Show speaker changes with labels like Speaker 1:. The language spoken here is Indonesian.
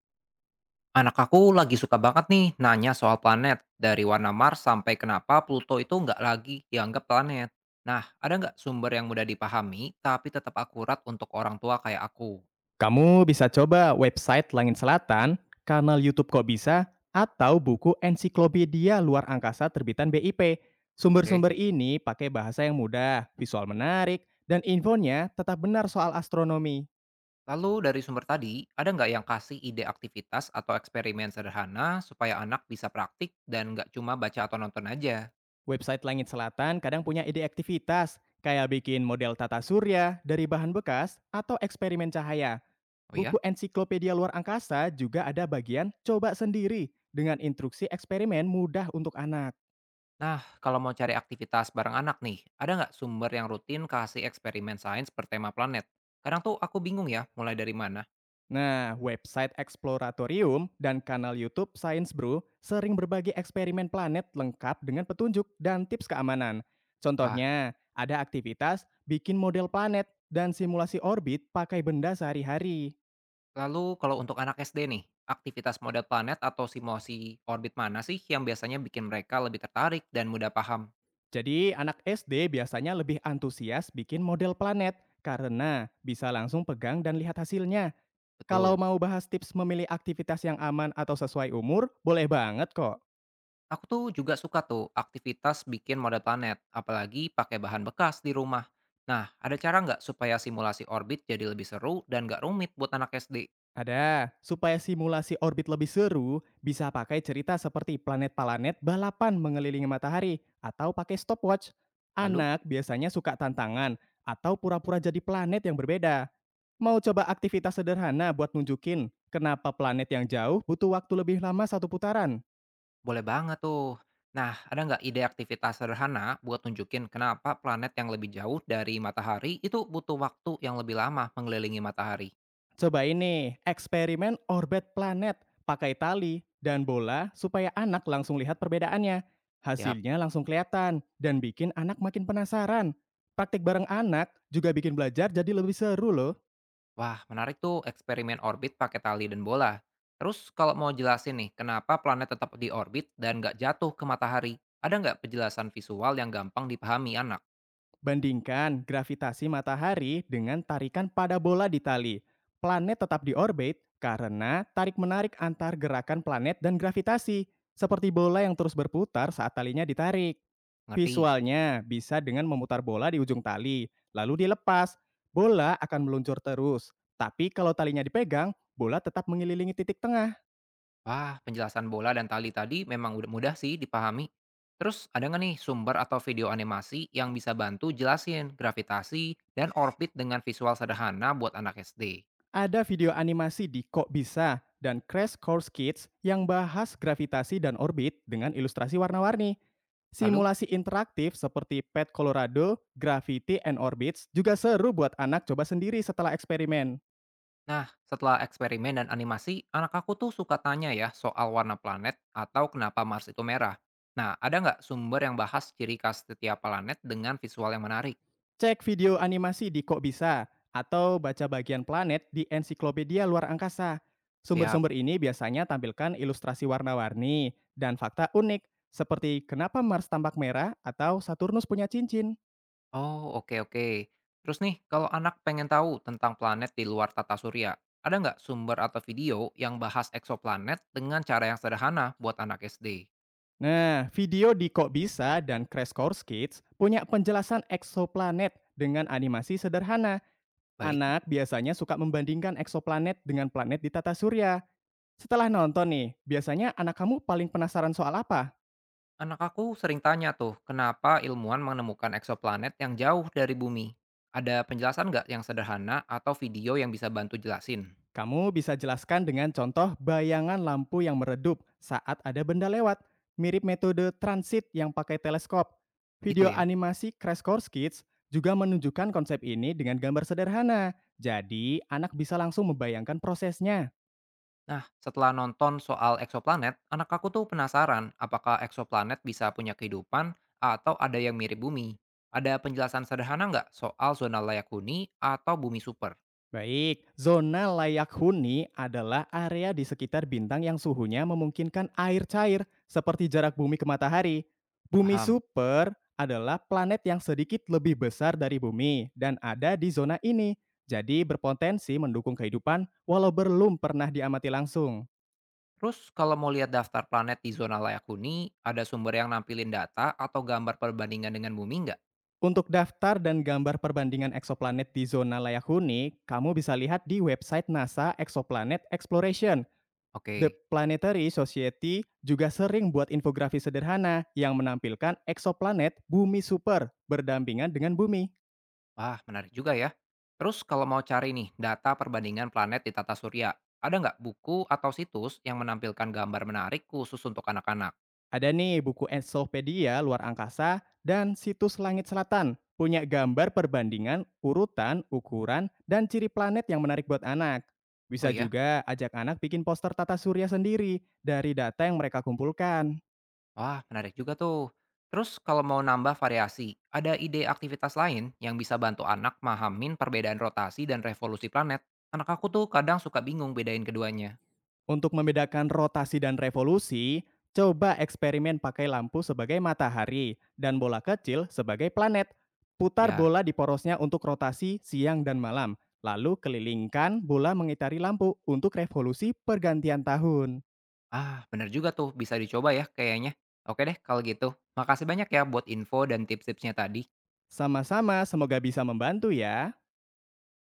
Speaker 1: Anak aku lagi suka banget nih nanya soal planet, dari warna Mars sampai kenapa Pluto itu nggak lagi dianggap planet. Nah, ada nggak sumber yang mudah dipahami tapi tetap akurat untuk orang tua kayak aku?
Speaker 2: Kamu bisa coba website Langit Selatan, kanal YouTube Kok Bisa, atau buku ensiklopedia luar angkasa terbitan BIP.
Speaker 1: Oke,
Speaker 2: Sumber-sumber ini pakai bahasa yang mudah, visual menarik, dan infonya tetap benar soal astronomi.
Speaker 1: lalu dari sumber tadi, ada nggak yang kasih ide aktivitas atau eksperimen sederhana supaya anak bisa praktik dan nggak cuma baca atau nonton aja?
Speaker 2: Website Langit Selatan kadang punya ide aktivitas, kayak bikin model tata surya dari bahan bekas atau eksperimen cahaya.
Speaker 1: Oh ya?
Speaker 2: Buku ensiklopedia luar angkasa juga ada bagian coba sendiri dengan instruksi eksperimen mudah untuk anak.
Speaker 1: Nah, kalau mau cari aktivitas bareng anak nih, ada nggak sumber yang rutin kasih eksperimen sains bertema planet? Kadang tuh aku bingung ya, mulai dari mana.
Speaker 2: Nah, website Exploratorium dan kanal YouTube Science Brew sering berbagi eksperimen planet lengkap dengan petunjuk dan tips keamanan.
Speaker 1: Wah,
Speaker 2: Contohnya, ada aktivitas bikin model planet dan simulasi orbit pakai benda sehari-hari.
Speaker 1: lalu kalau untuk anak SD nih, aktivitas model planet atau simulasi orbit mana sih yang biasanya bikin mereka lebih tertarik dan mudah paham?
Speaker 2: Jadi, anak SD biasanya lebih antusias bikin model planet karena bisa langsung pegang dan lihat hasilnya. Kalau
Speaker 1: Betul.
Speaker 2: mau bahas tips memilih aktivitas yang aman atau sesuai umur, boleh banget kok.
Speaker 1: Aku juga suka aktivitas bikin model planet, apalagi pakai bahan bekas di rumah. Nah, ada cara nggak supaya simulasi orbit jadi lebih seru dan nggak rumit buat anak SD?
Speaker 2: Ada. Supaya simulasi orbit lebih seru, bisa pakai cerita seperti planet-planet balapan mengelilingi matahari atau pakai stopwatch.
Speaker 1: Lalu?
Speaker 2: Anak biasanya suka tantangan atau pura-pura jadi planet yang berbeda. Mau coba aktivitas sederhana buat nunjukin kenapa planet yang jauh butuh waktu lebih lama satu putaran?
Speaker 1: Boleh banget tuh. Nah, ada nggak ide aktivitas sederhana buat nunjukin kenapa planet yang lebih jauh dari matahari itu butuh waktu yang lebih lama mengelilingi matahari?
Speaker 2: Coba ini, eksperimen orbit planet, pakai tali dan bola supaya anak langsung lihat perbedaannya.
Speaker 1: Ya,
Speaker 2: Hasilnya langsung kelihatan dan bikin anak makin penasaran. Praktik bareng anak juga bikin belajar jadi lebih seru loh.
Speaker 1: wah, menarik tuh eksperimen orbit pakai tali dan bola. Terus kalau mau jelasin nih, kenapa planet tetap di orbit dan nggak jatuh ke matahari? Ada nggak penjelasan visual yang gampang dipahami anak?
Speaker 2: Bandingkan gravitasi matahari dengan tarikan pada bola di tali. Planet tetap di orbit karena tarik-menarik antar gerakan planet dan gravitasi, seperti bola yang terus berputar saat talinya ditarik.
Speaker 1: Ngerti?
Speaker 2: Visualnya bisa dengan memutar bola di ujung tali, lalu dilepas. Bola akan meluncur terus, tapi kalau talinya dipegang, bola tetap mengelilingi titik tengah.
Speaker 1: Wah, penjelasan bola dan tali tadi memang udah mudah sih dipahami. Terus ada nggak nih sumber atau video animasi yang bisa bantu jelasin gravitasi dan orbit dengan visual sederhana buat anak SD?
Speaker 2: Ada video animasi di Kok Bisa dan Crash Course Kids yang bahas gravitasi dan orbit dengan ilustrasi warna-warni.
Speaker 1: Lalu?
Speaker 2: Simulasi interaktif seperti Pet Colorado, Gravity and Orbits juga seru buat anak coba sendiri setelah eksperimen.
Speaker 1: Nah, setelah eksperimen dan animasi, anak aku tuh suka tanya ya soal warna planet atau kenapa Mars itu merah. Nah, ada nggak sumber yang bahas ciri khas setiap planet dengan visual yang menarik?
Speaker 2: Cek video animasi di Kok Bisa atau baca bagian planet di ensiklopedia luar angkasa.
Speaker 1: Siap.
Speaker 2: Sumber-sumber ini biasanya tampilkan ilustrasi warna-warni dan fakta unik seperti kenapa Mars tampak merah atau Saturnus punya cincin.
Speaker 1: Oh, oke, oke. Terus nih, kalau anak pengen tahu tentang planet di luar tata surya, ada nggak sumber atau video yang bahas eksoplanet dengan cara yang sederhana buat anak SD?
Speaker 2: Nah, video di Kok Bisa dan Crash Course Kids punya penjelasan eksoplanet dengan animasi sederhana.
Speaker 1: Baik.
Speaker 2: Anak biasanya suka membandingkan eksoplanet dengan planet di tata surya. Setelah nonton nih, biasanya anak kamu paling penasaran soal apa?
Speaker 1: Anak aku sering tanya tuh, kenapa ilmuwan menemukan eksoplanet yang jauh dari bumi? Ada penjelasan nggak yang sederhana atau video yang bisa bantu jelasin?
Speaker 2: Kamu bisa jelaskan dengan contoh bayangan lampu yang meredup saat ada benda lewat, mirip metode transit yang pakai teleskop.
Speaker 1: Gitu
Speaker 2: Video
Speaker 1: ya.
Speaker 2: animasi Crash Course Kids juga menunjukkan konsep ini dengan gambar sederhana, jadi anak bisa langsung membayangkan prosesnya.
Speaker 1: Nah, setelah nonton soal eksoplanet, anak aku tuh penasaran apakah eksoplanet bisa punya kehidupan atau ada yang mirip bumi. Ada penjelasan sederhana nggak soal zona layak huni atau bumi super?
Speaker 2: Baik, zona layak huni adalah area di sekitar bintang yang suhunya memungkinkan air cair, seperti jarak bumi ke matahari. Bumi
Speaker 1: Paham.
Speaker 2: super adalah planet yang sedikit lebih besar dari bumi dan ada di zona ini, jadi berpotensi mendukung kehidupan walau belum pernah diamati langsung.
Speaker 1: Terus kalau mau lihat daftar planet di zona layak huni, ada sumber yang nampilin data atau gambar perbandingan dengan bumi nggak?
Speaker 2: Untuk daftar dan gambar perbandingan eksoplanet di zona layak huni, kamu bisa lihat di website NASA Exoplanet Exploration. The
Speaker 1: Oke.
Speaker 2: Planetary Society juga sering buat infografis sederhana yang menampilkan eksoplanet bumi super berdampingan dengan bumi.
Speaker 1: Wah, menarik juga ya. Terus kalau mau cari nih data perbandingan planet di tata surya, ada nggak buku atau situs yang menampilkan gambar menarik khusus untuk anak-anak?
Speaker 2: Ada nih buku ensiklopedia luar angkasa dan situs langit selatan punya gambar perbandingan urutan, ukuran, dan ciri planet yang menarik buat anak.
Speaker 1: Oh
Speaker 2: Bisa
Speaker 1: iya,
Speaker 2: juga ajak anak bikin poster tata surya sendiri dari data yang mereka kumpulkan.
Speaker 1: wah, menarik juga tuh. Terus kalau mau nambah variasi, ada ide aktivitas lain yang bisa bantu anak mahamin perbedaan rotasi dan revolusi planet? Anak aku tuh kadang suka bingung bedain keduanya.
Speaker 2: Untuk membedakan rotasi dan revolusi, coba eksperimen pakai lampu sebagai matahari dan bola kecil sebagai planet. Putar
Speaker 1: Ya,
Speaker 2: bola di porosnya untuk rotasi siang dan malam, lalu kelilingkan bola mengitari lampu untuk revolusi pergantian tahun.
Speaker 1: ah bener juga tuh, bisa dicoba ya kayaknya. Oke deh kalau gitu. Makasih banyak ya buat info dan tips-tipsnya tadi.
Speaker 2: Sama-sama, semoga bisa membantu ya.